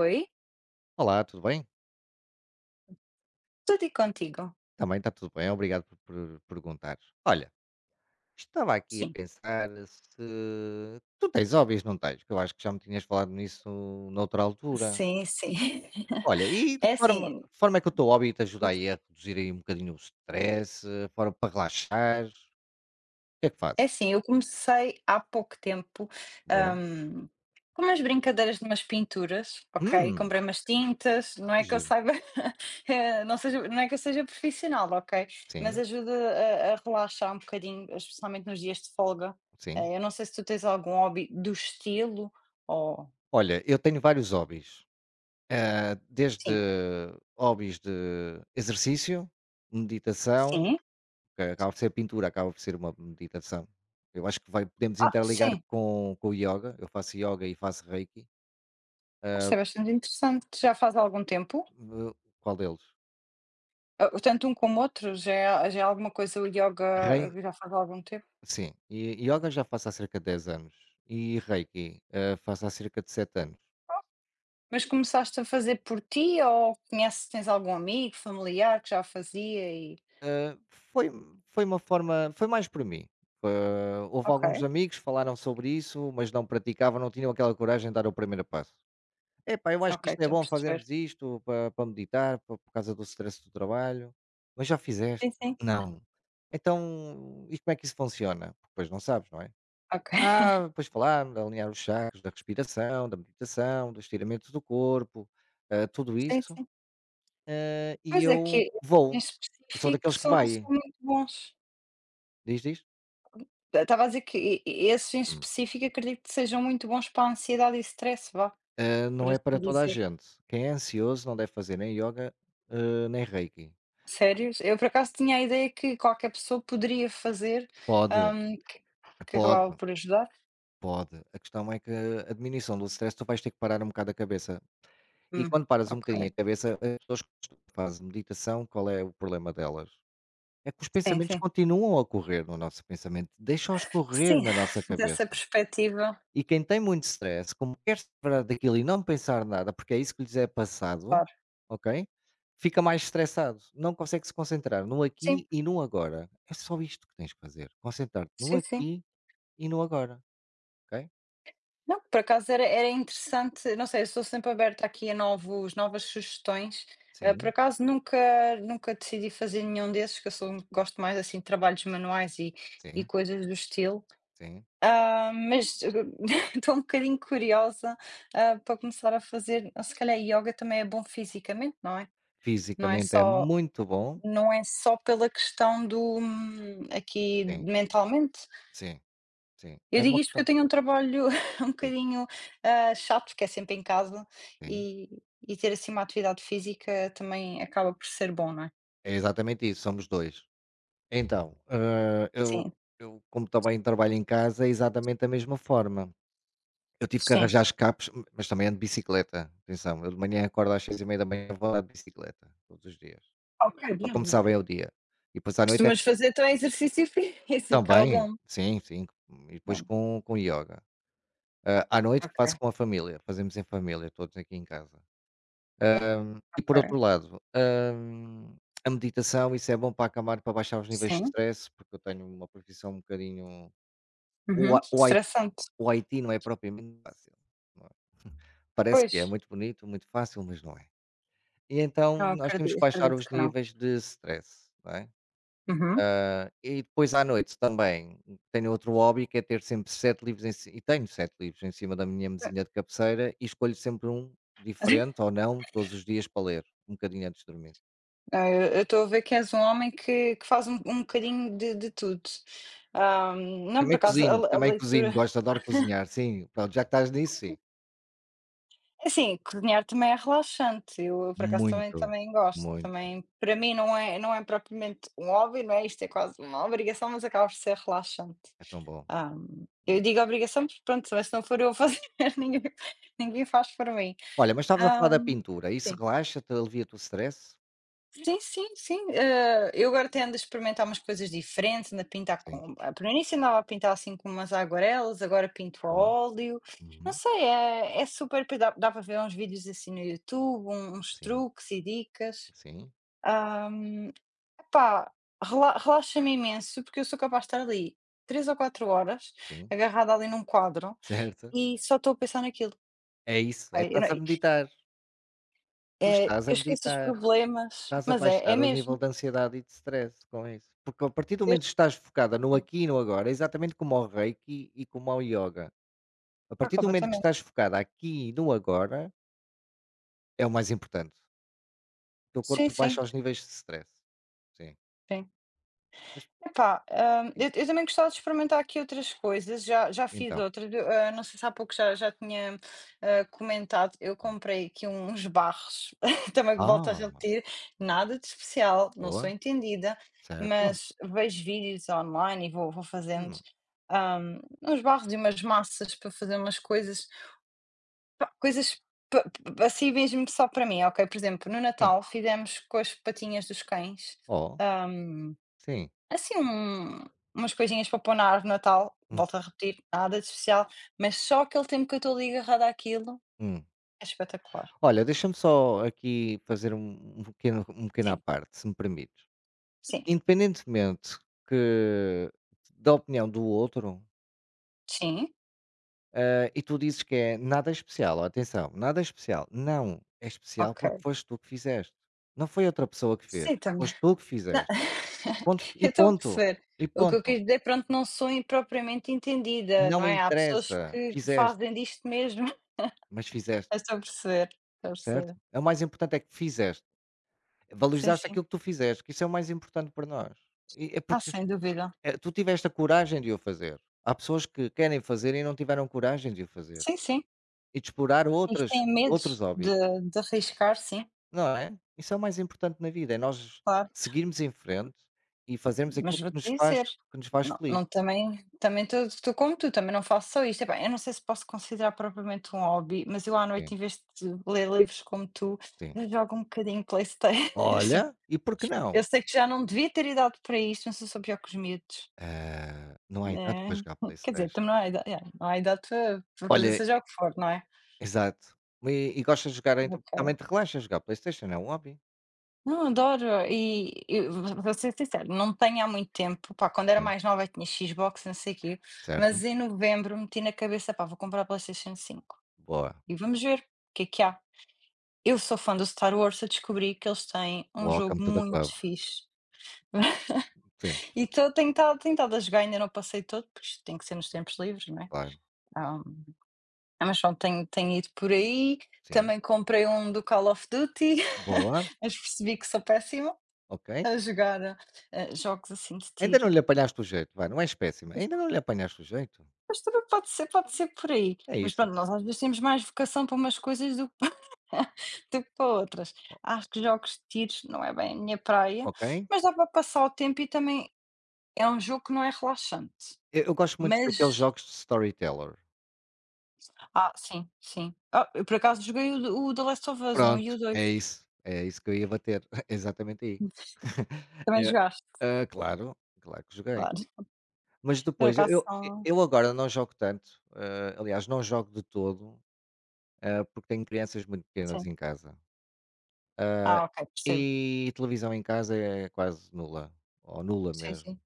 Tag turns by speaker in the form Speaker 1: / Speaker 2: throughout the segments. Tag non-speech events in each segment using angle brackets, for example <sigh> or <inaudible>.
Speaker 1: Oi?
Speaker 2: Olá, tudo bem?
Speaker 1: Tudo e contigo,
Speaker 2: Também está tudo bem, obrigado por perguntares. Olha, estava aqui a
Speaker 1: sim.
Speaker 2: pensar se tu tens hobbies, não tens? Que eu acho que já me tinhas falado nisso noutra altura.
Speaker 1: Sim, sim.
Speaker 2: Olha, e
Speaker 1: <laughs> É assim
Speaker 2: que forma é que o teu hobby te ajuda aí a reduzir aí um bocadinho o stress, fora para relaxar. O que é que
Speaker 1: é
Speaker 2: fazes?
Speaker 1: assim, eu comecei há pouco tempo,
Speaker 2: Boa.
Speaker 1: hum, com umas brincadeiras de umas pinturas, ok?
Speaker 2: Hum,
Speaker 1: Comprei umas tintas, não
Speaker 2: que
Speaker 1: é que eu
Speaker 2: giro.
Speaker 1: saiba, <laughs> não é que eu seja profissional, ok? Mas
Speaker 2: Sim,
Speaker 1: ajuda a relaxar um bocadinho, especialmente nos dias de folga.
Speaker 2: sim.
Speaker 1: Eu não sei se tu tens algum hobby do estilo ou
Speaker 2: Olha, eu tenho vários hobbies. Desde
Speaker 1: sim,
Speaker 2: hobbies de exercício, meditação,
Speaker 1: sim?
Speaker 2: que acaba por ser pintura, acaba por ser uma meditação. Eu acho que vai, podemos
Speaker 1: Ah,
Speaker 2: interligar
Speaker 1: sim,
Speaker 2: com o yoga. Eu faço yoga e faço reiki.
Speaker 1: isso é bastante interessante. Já faz algum tempo?
Speaker 2: Hum, Eh, Qual deles?
Speaker 1: Ah, tanto um como outro já é alguma coisa, o ioga
Speaker 2: Rei,
Speaker 1: já faz algum tempo.
Speaker 2: sim. E, yoga já faço há cerca de 10 anos. E reiki faço há cerca de 7 anos.
Speaker 1: Mas começaste a fazer por ti ou conheces tens algum amigo, familiar que já fazia e
Speaker 2: Eh, foi, foi uma forma, foi mais por mim. Houve
Speaker 1: ok,
Speaker 2: alguns amigos que falaram sobre isso, mas não praticavam, não tinham aquela coragem de dar o primeiro passo. Epá, eu acho que
Speaker 1: ok,
Speaker 2: isto é
Speaker 1: estou a
Speaker 2: bom
Speaker 1: perceber.
Speaker 2: fazermos isto para meditar, por causa do stress do trabalho. Mas já fizeste?
Speaker 1: Sim, sim,
Speaker 2: Não. Então, e como é que isso funciona? Porque depois não sabes, não é?
Speaker 1: ok. <laughs>
Speaker 2: Ah, depois falar, alinhar os chakras da respiração, da meditação, do estiramento do corpo, tudo
Speaker 1: Sim,
Speaker 2: isso.
Speaker 1: sim.
Speaker 2: E
Speaker 1: Pois é que
Speaker 2: eu
Speaker 1: em
Speaker 2: vou. Eu sou
Speaker 1: específico
Speaker 2: daqueles que
Speaker 1: são
Speaker 2: vai.
Speaker 1: são muito bons.
Speaker 2: Diz, diz?
Speaker 1: Estava a dizer que esses em
Speaker 2: Hum.
Speaker 1: específico acredito que sejam muito bons para a ansiedade e stress, vá,
Speaker 2: Não
Speaker 1: por
Speaker 2: é para
Speaker 1: assim
Speaker 2: toda a
Speaker 1: dizer.
Speaker 2: gente. Quem é ansioso não deve fazer nem yoga, nem reiki.
Speaker 1: Sérios? Eu por acaso tinha a ideia que qualquer pessoa poderia fazer,
Speaker 2: Pode,
Speaker 1: que
Speaker 2: pode.
Speaker 1: acabava por ajudar.
Speaker 2: Pode. A questão é que a diminuição do stress tu vais ter que parar um bocado a cabeça. E
Speaker 1: Hum,
Speaker 2: quando paras um
Speaker 1: ok.
Speaker 2: bocadinho a cabeça, as pessoas que fazem meditação, qual é o problema delas? É que os
Speaker 1: Sim,
Speaker 2: pensamentos
Speaker 1: sim.
Speaker 2: continuam a correr no nosso pensamento, deixa-os correr
Speaker 1: Sim,
Speaker 2: na nossa
Speaker 1: <laughs> dessa
Speaker 2: cabeça.
Speaker 1: perspectiva,
Speaker 2: E quem tem muito stress, como quer se separar daquilo e não pensar nada, porque é isso que lhes é passado,
Speaker 1: claro.
Speaker 2: ok? Fica mais estressado, não consegue se concentrar no aqui
Speaker 1: Sim,
Speaker 2: e no agora. É só isto que tens que fazer, concentrar-te no
Speaker 1: sim, sim.
Speaker 2: aqui e no agora, ok?
Speaker 1: Não, por acaso era interessante, não sei, eu sou sempre aberta aqui a novos novas sugestões. Por
Speaker 2: Sim,
Speaker 1: acaso nunca decidi fazer nenhum desses, que eu sou gosto mais, assim, de trabalhos manuais e
Speaker 2: sim,
Speaker 1: coisas do estilo.
Speaker 2: sim.
Speaker 1: Ah, mas <laughs> estou um bocadinho curiosa, ah, para começar a fazer se calhar ioga também é bom fisicamente, não é? Não é
Speaker 2: Fisicamente é
Speaker 1: só
Speaker 2: muito bom.
Speaker 1: não é só pela questão do aqui
Speaker 2: Sim,
Speaker 1: mentalmente.
Speaker 2: sim, sim.
Speaker 1: Eu
Speaker 2: É
Speaker 1: digo
Speaker 2: uma
Speaker 1: isto porque eu
Speaker 2: questão
Speaker 1: tenho um trabalho <laughs> um
Speaker 2: sim,
Speaker 1: bocadinho, ah, chato, porque é sempre em casa
Speaker 2: sim.
Speaker 1: e ter assim uma atividade física também acaba por ser bom, não é?
Speaker 2: É exatamente isso, somos dois. Então, eu
Speaker 1: Sim,
Speaker 2: eu como também trabalho em casa, é exatamente da mesma forma. Eu tive que
Speaker 1: sim.
Speaker 2: arranjar escapes, m mas também ando de bicicleta, atenção, eu de manhã acordo às 6h30, vou andar de bicicleta, todos os dias,
Speaker 1: Ok,
Speaker 2: para
Speaker 1: bom.
Speaker 2: começar bem o dia. E depois à noite é
Speaker 1: Costumas fazer então exercício <laughs> físico
Speaker 2: também,
Speaker 1: algum?
Speaker 2: sim, sim, e depois
Speaker 1: Bom,
Speaker 2: com ioga. À noite que faço
Speaker 1: ok,
Speaker 2: com a família, fazemos em família, todos aqui em casa. Ah, e por outro
Speaker 1: ok.
Speaker 2: lado, a meditação, isso é bom para acalmar, para baixar os níveis de
Speaker 1: Sim.
Speaker 2: stress, porque eu tenho uma profissão um bocadinho.
Speaker 1: Uhum.
Speaker 2: O, A- o IT,
Speaker 1: Estressante.
Speaker 2: o IT não é propriamente fácil. Não é? Parece
Speaker 1: Pois,
Speaker 2: que é muito bonito, muito fácil, mas não é. E então
Speaker 1: não
Speaker 2: nós temos que
Speaker 1: acredito,
Speaker 2: baixar
Speaker 1: acredito
Speaker 2: os
Speaker 1: que não.
Speaker 2: níveis de stress. Não é?
Speaker 1: Uhum.
Speaker 2: Ah, e depois à noite também tenho outro hobby que é ter sempre 7 livros em cima, e tenho 7 livros em cima da minha mesinha de cabeceira e escolho sempre um
Speaker 1: Sim.
Speaker 2: diferente ou não todos os dias para ler, um bocadinho antes de dormir.
Speaker 1: Ah, eu estou a ver que és um homem que faz um bocadinho de tudo. Ah, não, por acaso a
Speaker 2: Também cozinho,
Speaker 1: leitura
Speaker 2: gosto, adoro cozinhar, sim. Pronto, já que estás nisso, sim.
Speaker 1: é assim, cozinhar também é relaxante, eu, por acaso
Speaker 2: Muito,
Speaker 1: também gosto,
Speaker 2: muito.
Speaker 1: também para mim não é propriamente um hobby, não é, isto é quase uma obrigação, mas acaba por ser relaxante.
Speaker 2: É tão bom.
Speaker 1: Ah, eu
Speaker 2: Hum.
Speaker 1: digo obrigação porque pronto, mas se não for eu a fazer, <laughs> ninguém ninguém faz por mim.
Speaker 2: Olha, mas estavas a
Speaker 1: Ah,
Speaker 2: falar da pintura, isso
Speaker 1: sim.
Speaker 2: relaxa-te, alivia-te o stress?
Speaker 1: Sim, sim, sim. Eu agora tendo a experimentar umas coisas diferentes, ando a pintar
Speaker 2: Sim,
Speaker 1: com. Ah, Por início andava a pintar assim com umas aguarelas, agora pinto a
Speaker 2: boa.
Speaker 1: óleo. Não
Speaker 2: Uhum.
Speaker 1: sei, é, é super. Depois Dá, para ver uns vídeos assim no YouTube, uns
Speaker 2: Sim,
Speaker 1: truques e dicas.
Speaker 2: sim,
Speaker 1: Ahm, epá, relaxa-me imenso, porque eu sou capaz de estar ali três ou quatro horas
Speaker 2: sim.
Speaker 1: agarrada ali num quadro
Speaker 2: <laughs> Certo.
Speaker 1: e só estou a pensar naquilo.
Speaker 2: É isso, é
Speaker 1: Ok? Eu, não-
Speaker 2: estás a meditar. Tu estás a
Speaker 1: eu esqueço os
Speaker 2: meditar,
Speaker 1: problemas,
Speaker 2: estás a
Speaker 1: mas é, é
Speaker 2: baixar o nível
Speaker 1: mesmo.
Speaker 2: de ansiedade e de stress com isso. Porque a partir do
Speaker 1: Eu,
Speaker 2: momento que estás focada no aqui e no agora, é exatamente como ao reiki e como ao yoga. A
Speaker 1: ah,
Speaker 2: partir do momento que
Speaker 1: completamente.
Speaker 2: estás focada aqui e no agora, é o mais importante. Teu
Speaker 1: Sim,
Speaker 2: corpo
Speaker 1: sim.
Speaker 2: baixa os níveis de stress. Sim.
Speaker 1: Sim.
Speaker 2: Mas
Speaker 1: Epá,
Speaker 2: sim,
Speaker 1: eu também gostava de experimentar aqui outras coisas, já já fiz
Speaker 2: então.
Speaker 1: outras, eu, não sei se há pouco já tinha, comentado, eu
Speaker 2: Hum.
Speaker 1: comprei aqui uns barros, <laughs> também que volto a
Speaker 2: Ah,
Speaker 1: repetir, nada de especial, não sou
Speaker 2: boa,
Speaker 1: entendida,
Speaker 2: certo.
Speaker 1: mas vejo vídeos online e vou fazendo,
Speaker 2: Hum,
Speaker 1: uns barros e umas massas para fazer umas coisas, pá, coisas pa pa assim mesmo só para mim, ok? Por exemplo, no
Speaker 2: sim.
Speaker 1: Natal fizemos com as patinhas dos cães,
Speaker 2: Oh,
Speaker 1: hum,
Speaker 2: sim.
Speaker 1: Assim, umas coisinhas para pôr na árvore de Natal,
Speaker 2: Hum,
Speaker 1: volto a repetir, nada de especial, mas só aquele tempo que eu estou ali agarrada àquilo
Speaker 2: hum.
Speaker 1: é espetacular.
Speaker 2: Olha, deixa-me só aqui fazer um pequeno à
Speaker 1: Sim,
Speaker 2: parte, se me permites.
Speaker 1: sim,
Speaker 2: Independentemente que da opinião do outro,
Speaker 1: sim,
Speaker 2: e tu dizes que é nada especial, ó, atenção, nada especial. Não, é especial porque
Speaker 1: ok.
Speaker 2: foste tu que fizeste. Não foi outra pessoa que fez,
Speaker 1: Sim, também.
Speaker 2: foste tu que
Speaker 1: Não,
Speaker 2: fizeste. Ponto
Speaker 1: <laughs>
Speaker 2: e
Speaker 1: eu estou a
Speaker 2: ponto,
Speaker 1: perceber.
Speaker 2: e
Speaker 1: O que eu
Speaker 2: ponto.
Speaker 1: quis dizer, pronto, não sou en propriamente entendida, não
Speaker 2: Não
Speaker 1: é? Há pessoas
Speaker 2: interessa,
Speaker 1: que
Speaker 2: fizeste,
Speaker 1: fazem disto mesmo. <laughs>
Speaker 2: mas fizeste,
Speaker 1: Eu estou a perceber, estou a
Speaker 2: certo?
Speaker 1: perceber.
Speaker 2: É o mais importante é que fizeste,
Speaker 1: Sim,
Speaker 2: valorizaste
Speaker 1: sim.
Speaker 2: aquilo que tu fizeste, que isso é o mais importante para nós. E é
Speaker 1: Ah,
Speaker 2: porque,
Speaker 1: sem dúvida.
Speaker 2: tu tiveste a coragem de o fazer. Há pessoas que querem fazer e não tiveram coragem de o fazer,
Speaker 1: Sim, sim.
Speaker 2: e de explorar
Speaker 1: E que
Speaker 2: outras
Speaker 1: têm medo
Speaker 2: outros hobbies,
Speaker 1: de arriscar, sim,
Speaker 2: não é? Isso é o mais importante na vida, é nós
Speaker 1: claro.
Speaker 2: seguirmos em frente e fazermos aquilo
Speaker 1: Mas
Speaker 2: que
Speaker 1: vou-te
Speaker 2: nos faz
Speaker 1: dizer,
Speaker 2: que nos faz
Speaker 1: não
Speaker 2: feliz.
Speaker 1: não também estou como tu, também não faço só isto. Epá, eu não sei se posso considerar propriamente um hobby, mas eu à
Speaker 2: Sim,
Speaker 1: noite, em vez de ler livros como tu,
Speaker 2: sim.
Speaker 1: eu jogo um bocadinho PlayStation. <laughs>
Speaker 2: Olha, e por que não?
Speaker 1: Eu sei que já não devia ter idade para isto, mas eu sou pior que os miúdos,
Speaker 2: Ah, não há idade para
Speaker 1: né.
Speaker 2: jogar
Speaker 1: <laughs> Quer dizer,
Speaker 2: PlayStation.
Speaker 1: também não há idade é, não há idade para fazer
Speaker 2: Olha,
Speaker 1: seja o que for, não é?
Speaker 2: exato. E e gostas de jogar então
Speaker 1: Ok.
Speaker 2: também te relaxa jogar PlayStation, é um hobby?
Speaker 1: Não, adoro. E vou ser sincera, não tenho há muito tempo, pá, quando era
Speaker 2: Sim,
Speaker 1: mais nova eu tinha Xbox, não sei o quê,
Speaker 2: certo.
Speaker 1: mas em novembro meti na cabeça, pá, vou comprar a PlayStation 5
Speaker 2: Boa.
Speaker 1: e vamos ver o que é que há. Eu sou fã do Star Wars, eu descobri que eles têm um
Speaker 2: Welcome
Speaker 1: jogo
Speaker 2: to the
Speaker 1: muito
Speaker 2: club.
Speaker 1: fixe.
Speaker 2: Sim,
Speaker 1: <laughs> E tô tentado estado a jogar, ainda não passei todo, porque isto tem que ser nos
Speaker 2: claro.
Speaker 1: tempos livres, não é?
Speaker 2: Claro.
Speaker 1: Ah, mas pronto, tenho ido por aí,
Speaker 2: Sim.
Speaker 1: também comprei um do Call of Duty, <laughs>
Speaker 2: Boa,
Speaker 1: mas percebi que sou péssima.
Speaker 2: ok.
Speaker 1: A jogar, jogos assim de
Speaker 2: Ainda
Speaker 1: tiro.
Speaker 2: não lhe apanhaste o jeito, vai, não és péssima,
Speaker 1: Mas
Speaker 2: ainda não lhe apanhaste o jeito.
Speaker 1: também pode ser por aí.
Speaker 2: É
Speaker 1: Mas
Speaker 2: isso.
Speaker 1: pronto, nós às vezes temos mais vocação para umas coisas do que pa <laughs> do que para outras.
Speaker 2: O
Speaker 1: Acho que jogos de tiros não é bem a minha praia,
Speaker 2: Ok.
Speaker 1: mas dá para passar o tempo e também é um jogo que não é relaxante.
Speaker 2: Eu gosto muito daqueles
Speaker 1: Mas
Speaker 2: jogos de storyteller.
Speaker 1: ah, sim, sim. Ah, eu por acaso joguei o The Last of Us 1 e
Speaker 2: Pronto,
Speaker 1: o dois.
Speaker 2: é isso que eu ia bater, <laughs> exatamente aí. <laughs>
Speaker 1: Também
Speaker 2: É,
Speaker 1: jogaste?
Speaker 2: claro, claro que joguei.
Speaker 1: Claro.
Speaker 2: Mas
Speaker 1: Por
Speaker 2: depois,
Speaker 1: acaso
Speaker 2: eu
Speaker 1: são
Speaker 2: eu agora não jogo tanto, aliás, não jogo de todo, porque tenho crianças muito pequenas
Speaker 1: sim.
Speaker 2: em casa.
Speaker 1: Ah, ok, percebo.
Speaker 2: E televisão em casa é quase nula, ou nula
Speaker 1: Sim,
Speaker 2: mesmo.
Speaker 1: sim.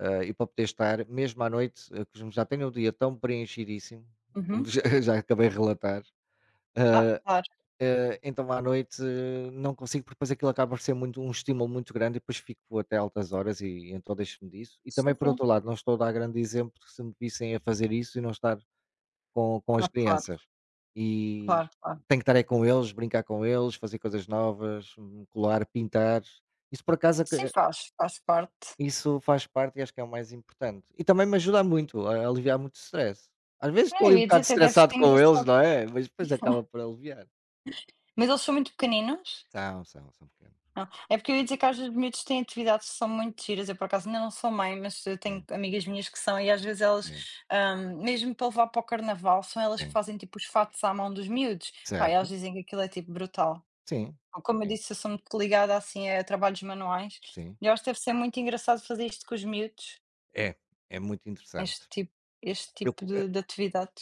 Speaker 2: E para poder estar, mesmo à noite, eu costumo já tenho o dia tão preenchidíssimo, como
Speaker 1: Uhum.
Speaker 2: já <laughs> já acabei de relatar,
Speaker 1: Ah,
Speaker 2: hã,
Speaker 1: claro.
Speaker 2: então à noite não consigo, porque depois aquilo acaba por ser muito um estímulo muito grande e depois fico até altas horas e então deixo-me disso. E também,
Speaker 1: Sim,
Speaker 2: por
Speaker 1: sim.
Speaker 2: outro lado, não estou a dar grande exemplo, porque se me vissem a fazer isso e não estar com as
Speaker 1: Ah, claro,
Speaker 2: crianças. E
Speaker 1: claro, claro.
Speaker 2: tenho que estar aí com eles, brincar com eles, fazer coisas novas, colar, pintar. Isso por acaso aca
Speaker 1: Sim,
Speaker 2: eh,
Speaker 1: faz, faz parte.
Speaker 2: Isso faz parte e acho que é o mais importante. E também me ajuda muito a aliviar muito stress. Às vezes
Speaker 1: Não,
Speaker 2: estou ali
Speaker 1: eu
Speaker 2: um
Speaker 1: ia dizer
Speaker 2: bocado
Speaker 1: até deve ser
Speaker 2: estressado com eles,
Speaker 1: engraçado.
Speaker 2: não é, mas depois acaba por aliviar.
Speaker 1: Mas eles são muito pequeninos?
Speaker 2: São, são, são pequenos.
Speaker 1: Não. É porque eu ia dizer que às vezes os miúdos têm atividades que são muito giras. Eu, por acaso, ainda não sou mãe, mas eu tenho
Speaker 2: É,
Speaker 1: amigas minhas que são, e às vezes elas,
Speaker 2: é,
Speaker 1: mesmo para levar para o carnaval, são elas que
Speaker 2: é.
Speaker 1: fazem tipo os fatos à mão dos miúdos. Pá, e elas
Speaker 2: Certo.
Speaker 1: dizem que aquilo é tipo brutal.
Speaker 2: Sim,
Speaker 1: Como eu
Speaker 2: sim,
Speaker 1: disse, eu sou muito ligada assim a trabalhos manuais.
Speaker 2: sim.
Speaker 1: E eu acho que deve ser muito engraçado fazer isto com os miúdos,
Speaker 2: É, é muito interessante.
Speaker 1: este tipo, este
Speaker 2: Eu
Speaker 1: tipo
Speaker 2: co
Speaker 1: de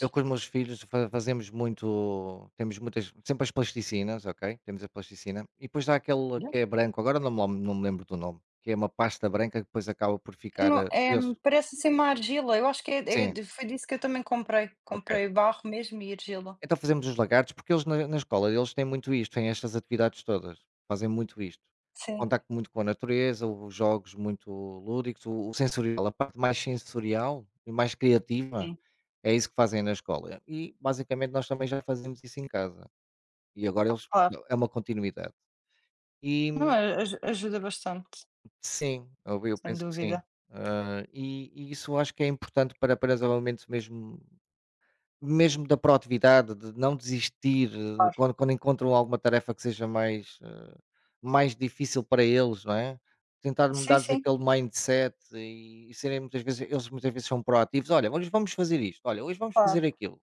Speaker 2: Eu com os meus filhos fa fazemos muito temos muitas sempre as plasticinas, ok? Temos a plasticina e depois há aquele que é branco, agora não me lembro do nome, que é uma pasta branca que depois acaba por ficar,
Speaker 1: Não, é,
Speaker 2: gesso.
Speaker 1: parece ser uma argila, eu acho que
Speaker 2: Sim,
Speaker 1: de foi disso que eu também comprei,
Speaker 2: ok.
Speaker 1: comprei barro mesmo e argila.
Speaker 2: Então fazemos os lagartos, porque eles na escola eles têm muito isto, têm estas atividades todas, fazem muito isto.
Speaker 1: Sim,
Speaker 2: Contacto muito com a natureza, os jogos muito lúdicos, o sensorial, a parte mais sensorial e mais criativa,
Speaker 1: Sim.
Speaker 2: é isso que fazem na escola. E basicamente nós também já fazemos isso em casa. E agora eles
Speaker 1: Claro.
Speaker 2: é uma continuidade.
Speaker 1: Não,
Speaker 2: E
Speaker 1: a aju ajuda bastante,
Speaker 2: sim, eu
Speaker 1: sem
Speaker 2: penso que sim.
Speaker 1: dúvida,
Speaker 2: Ah, e isso eu acho que é importante para desenvolvimento mesmo da proatividade, de não desistir,
Speaker 1: claro.
Speaker 2: quando encontram alguma tarefa que seja mais difícil para eles, não é? Tentar
Speaker 1: Sim,
Speaker 2: mudar-lhes
Speaker 1: sim,
Speaker 2: aquele mindset e serem muitas vezes eles muitas vezes são proativos: "Olha, hoje vamos fazer isto, olha, hoje vamos fazer
Speaker 1: claro.
Speaker 2: aquilo".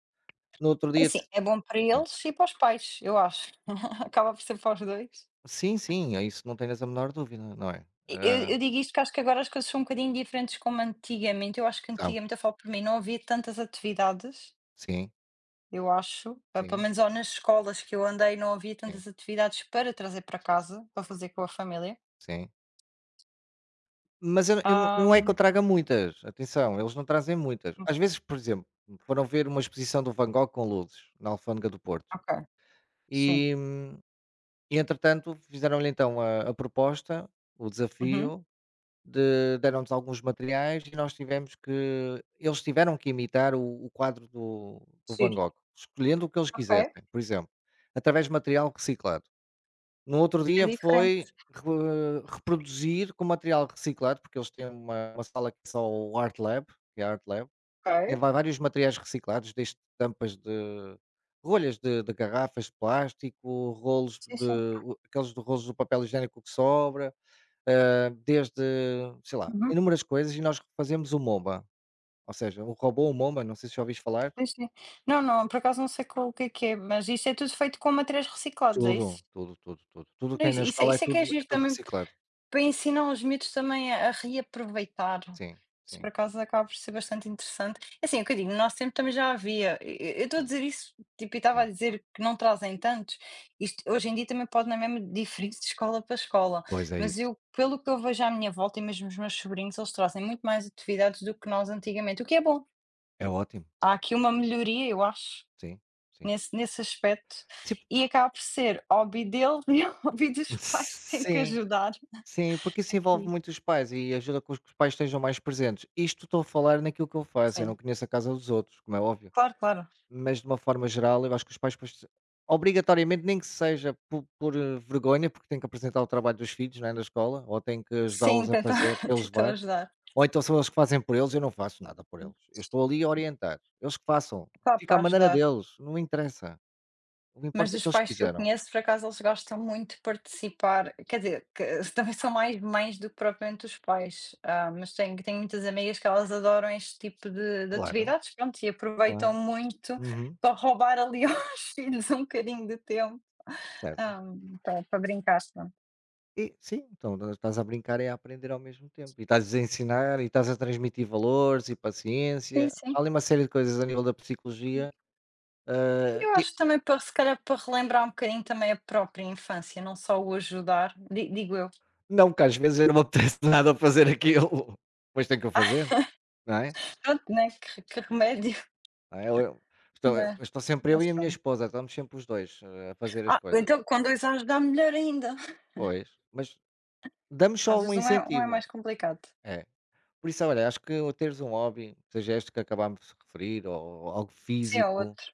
Speaker 2: No outro
Speaker 1: É
Speaker 2: dia
Speaker 1: assim, é bom para
Speaker 2: sim.
Speaker 1: eles e para os pais, eu acho, <laughs> acaba por ser para os 2.
Speaker 2: Sim, sim, é isso não tenhas a menor dúvida, não é?
Speaker 1: E eu
Speaker 2: Ah,
Speaker 1: eu digo isto porque acho que agora as coisas são um bocadinho diferentes como antigamente, eu acho que
Speaker 2: então,
Speaker 1: antigamente, eu falo por mim, não havia tantas atividades,
Speaker 2: sim,
Speaker 1: eu acho, pelo
Speaker 2: sim,
Speaker 1: menos ou nas escolas que eu andei não havia
Speaker 2: sim.
Speaker 1: tantas atividades para trazer para casa, para fazer com a família.
Speaker 2: Sim. Mas eu não
Speaker 1: Ah,
Speaker 2: não é que eu traga muitas, atenção, eles não trazem muitas. Às vezes, por exemplo, foram ver uma exposição do Van Gogh com luzes, na Alfândega do Porto.
Speaker 1: ok, sim.
Speaker 2: E e entretanto fizeram-lhe então a proposta, o
Speaker 1: Uhum.
Speaker 2: desafio de deram-nos alguns materiais e nós tivemos que eles tiveram que imitar o quadro do Van
Speaker 1: Giro.
Speaker 2: Gogh, escolhendo o que eles
Speaker 1: Ok,
Speaker 2: quisessem, por exemplo, através de material reciclado. No outro
Speaker 1: é
Speaker 2: dia foi
Speaker 1: diferente.
Speaker 2: re reproduzir com material reciclado, porque eles têm uma sala que é só o Art Lab, que é a Art Lab, tem
Speaker 1: Ok.
Speaker 2: va vários materiais reciclados, desde tampas de rolhas de garrafas de plástico, rolos
Speaker 1: Sim,
Speaker 2: de
Speaker 1: sim.
Speaker 2: o aqueles de rolos do papel higiênico que sobra, desde, sei lá,
Speaker 1: Uhum.
Speaker 2: inúmeras coisas e nós fazemos o momba, ou seja, um robô o momba. Não sei se já ouviste falar.
Speaker 1: Sim, sim. Não, não, por acaso não sei qual o que é, mas isso é tudo feito com materiais reciclados, é
Speaker 2: Tudo,
Speaker 1: isso?
Speaker 2: tudo, tudo, tudo. Tudo que
Speaker 1: Não,
Speaker 2: tem
Speaker 1: isso
Speaker 2: na
Speaker 1: isso
Speaker 2: escola é
Speaker 1: isso é que é
Speaker 2: tudo é
Speaker 1: giro
Speaker 2: tudo
Speaker 1: também
Speaker 2: reciclado.
Speaker 1: para ensinar os miúdos também a reaproveitar.
Speaker 2: Sim,
Speaker 1: Isso
Speaker 2: sim,
Speaker 1: por acaso acaba por ser bastante interessante. É assim, é o que eu digo, no nosso tempo também já havia. E eu estou a dizer isso, tipo, e estava a
Speaker 2: sim.
Speaker 1: dizer que não trazem tantos. Isto hoje em dia também pode na mesma diferir de escola para escola,
Speaker 2: Pois é
Speaker 1: mas
Speaker 2: isso.
Speaker 1: eu, pelo que eu vejo à minha volta e mesmo os meus sobrinhos, eles trazem muito mais atividades do que nós antigamente, o que é bom.
Speaker 2: É ótimo,
Speaker 1: Há aqui uma melhoria, eu acho,
Speaker 2: sim, sim.
Speaker 1: nesse aspecto,
Speaker 2: Sim,
Speaker 1: e acaba por ser hobby dele <laughs> e hobby dos pais, tem que
Speaker 2: sim,
Speaker 1: ajudar
Speaker 2: sim, porque isso envolve
Speaker 1: aqui.
Speaker 2: muito os pais e ajuda com que os pais estejam mais presentes. Isto estou a falar naquilo que eu faço, eu não
Speaker 1: Sim.
Speaker 2: conheço a casa dos outros, como é óbvio,
Speaker 1: Claro, claro.
Speaker 2: mas de uma forma geral eu acho que os pais pois, obrigatoriamente, nem que seja por, vergonha, porque têm que apresentar o trabalho dos filhos não é, na escola, ou têm que
Speaker 1: Sim,
Speaker 2: ajudá-los a
Speaker 1: tentam
Speaker 2: fazer
Speaker 1: <laughs>
Speaker 2: para eles
Speaker 1: tentam
Speaker 2: levar,
Speaker 1: ajudar.
Speaker 2: ou então são eles que fazem por eles, eu não faço nada por
Speaker 1: Sim.
Speaker 2: eles. Eu estou ali a orientar, eles que façam,
Speaker 1: Claro,
Speaker 2: fica à
Speaker 1: para
Speaker 2: maneira
Speaker 1: ajudar.
Speaker 2: deles, não interessa. O que
Speaker 1: Mas
Speaker 2: importa é
Speaker 1: dos
Speaker 2: que eles
Speaker 1: pais que eu
Speaker 2: fizeram.
Speaker 1: conheço, por acaso, eles gostam muito de participar, quer dizer, que <laughs> também são mais mães do que propriamente os pais, ah, mas tenho muitas amigas que elas adoram este tipo de
Speaker 2: Claro,
Speaker 1: atividades, pronto, e aproveitam
Speaker 2: claro.
Speaker 1: muito
Speaker 2: Uhum,
Speaker 1: para roubar ali <laughs> aos filhos um bocadinho de tempo,
Speaker 2: certo.
Speaker 1: ah, para brincar, pronto.
Speaker 2: E sim, então nã estás a brincar e a aprender ao mesmo tempo. E estás a ensinar e estás a transmitir valores e paciência.
Speaker 1: Sim, sim.
Speaker 2: Há ali uma série de coisas a nível da psicologia,
Speaker 1: Eu acho
Speaker 2: e
Speaker 1: que também para se calhar para relembrar um bocadinho também a própria infância, não só o ajudar, di digo eu.
Speaker 2: não que às vezes eu não me apetece <laughs> nada a fazer aquilo, mas tenho que o fazer, não é?
Speaker 1: Pronto, né, que remédio,
Speaker 2: Não é? Ou eu
Speaker 1: <laughs>
Speaker 2: estou eu
Speaker 1: mas
Speaker 2: estou sempre eu
Speaker 1: mas
Speaker 2: e a minha
Speaker 1: pronto.
Speaker 2: esposa, estamos sempre os 2 a fazer as
Speaker 1: Ah,
Speaker 2: coisas.
Speaker 1: então com 2 anos dá melhor ainda.
Speaker 2: Pois, mas damos só
Speaker 1: Às
Speaker 2: um
Speaker 1: vezes um é
Speaker 2: incentivo.
Speaker 1: mais complicado.
Speaker 2: É. Por isso, olha, acho que teres um hobby, seja este que acabámos de referir ou algo
Speaker 1: Sim, é
Speaker 2: físico.
Speaker 1: outro,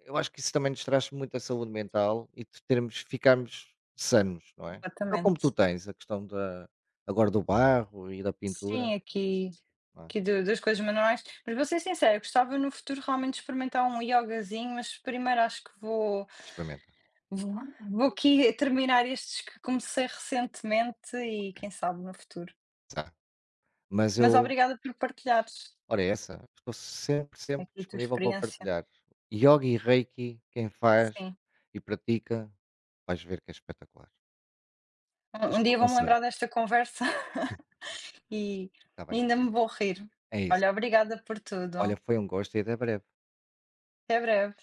Speaker 2: Eu acho que isso também nos traz muita saúde mental e de termos, ficarmos sanos, não é? Então, como tu
Speaker 1: completamente.
Speaker 2: tens a questão da, agora do barro e da pintura,
Speaker 1: Sim, aqui
Speaker 2: não é?
Speaker 1: do das coisas manuais, mas vou ser sincera, gostava no futuro realmente de experimentar um iogazinho, mas primeiro acho que vou
Speaker 2: Experimenta.
Speaker 1: vou vou aqui terminar estes que comecei recentemente e
Speaker 2: Ok,
Speaker 1: quem sabe no futuro.
Speaker 2: tá. Mas
Speaker 1: Mas
Speaker 2: eu,
Speaker 1: obrigada por partilhares
Speaker 2: olha é essa, estou sempre, sempre
Speaker 1: aqui a tua
Speaker 2: disponível para
Speaker 1: experiência.
Speaker 2: partilhar. Yoga e Reiki, quem faz
Speaker 1: Sim,
Speaker 2: e pratica, vais ver que é espetacular.
Speaker 1: um
Speaker 2: Este é o
Speaker 1: dia vou-me
Speaker 2: conselho.
Speaker 1: lembrar desta conversa.
Speaker 2: <laughs>
Speaker 1: E
Speaker 2: Está bem?
Speaker 1: ainda me vou rir.
Speaker 2: É isso.
Speaker 1: Olha, obrigada por
Speaker 2: Olha,
Speaker 1: tudo.
Speaker 2: foi um gosto e até breve.
Speaker 1: Até breve.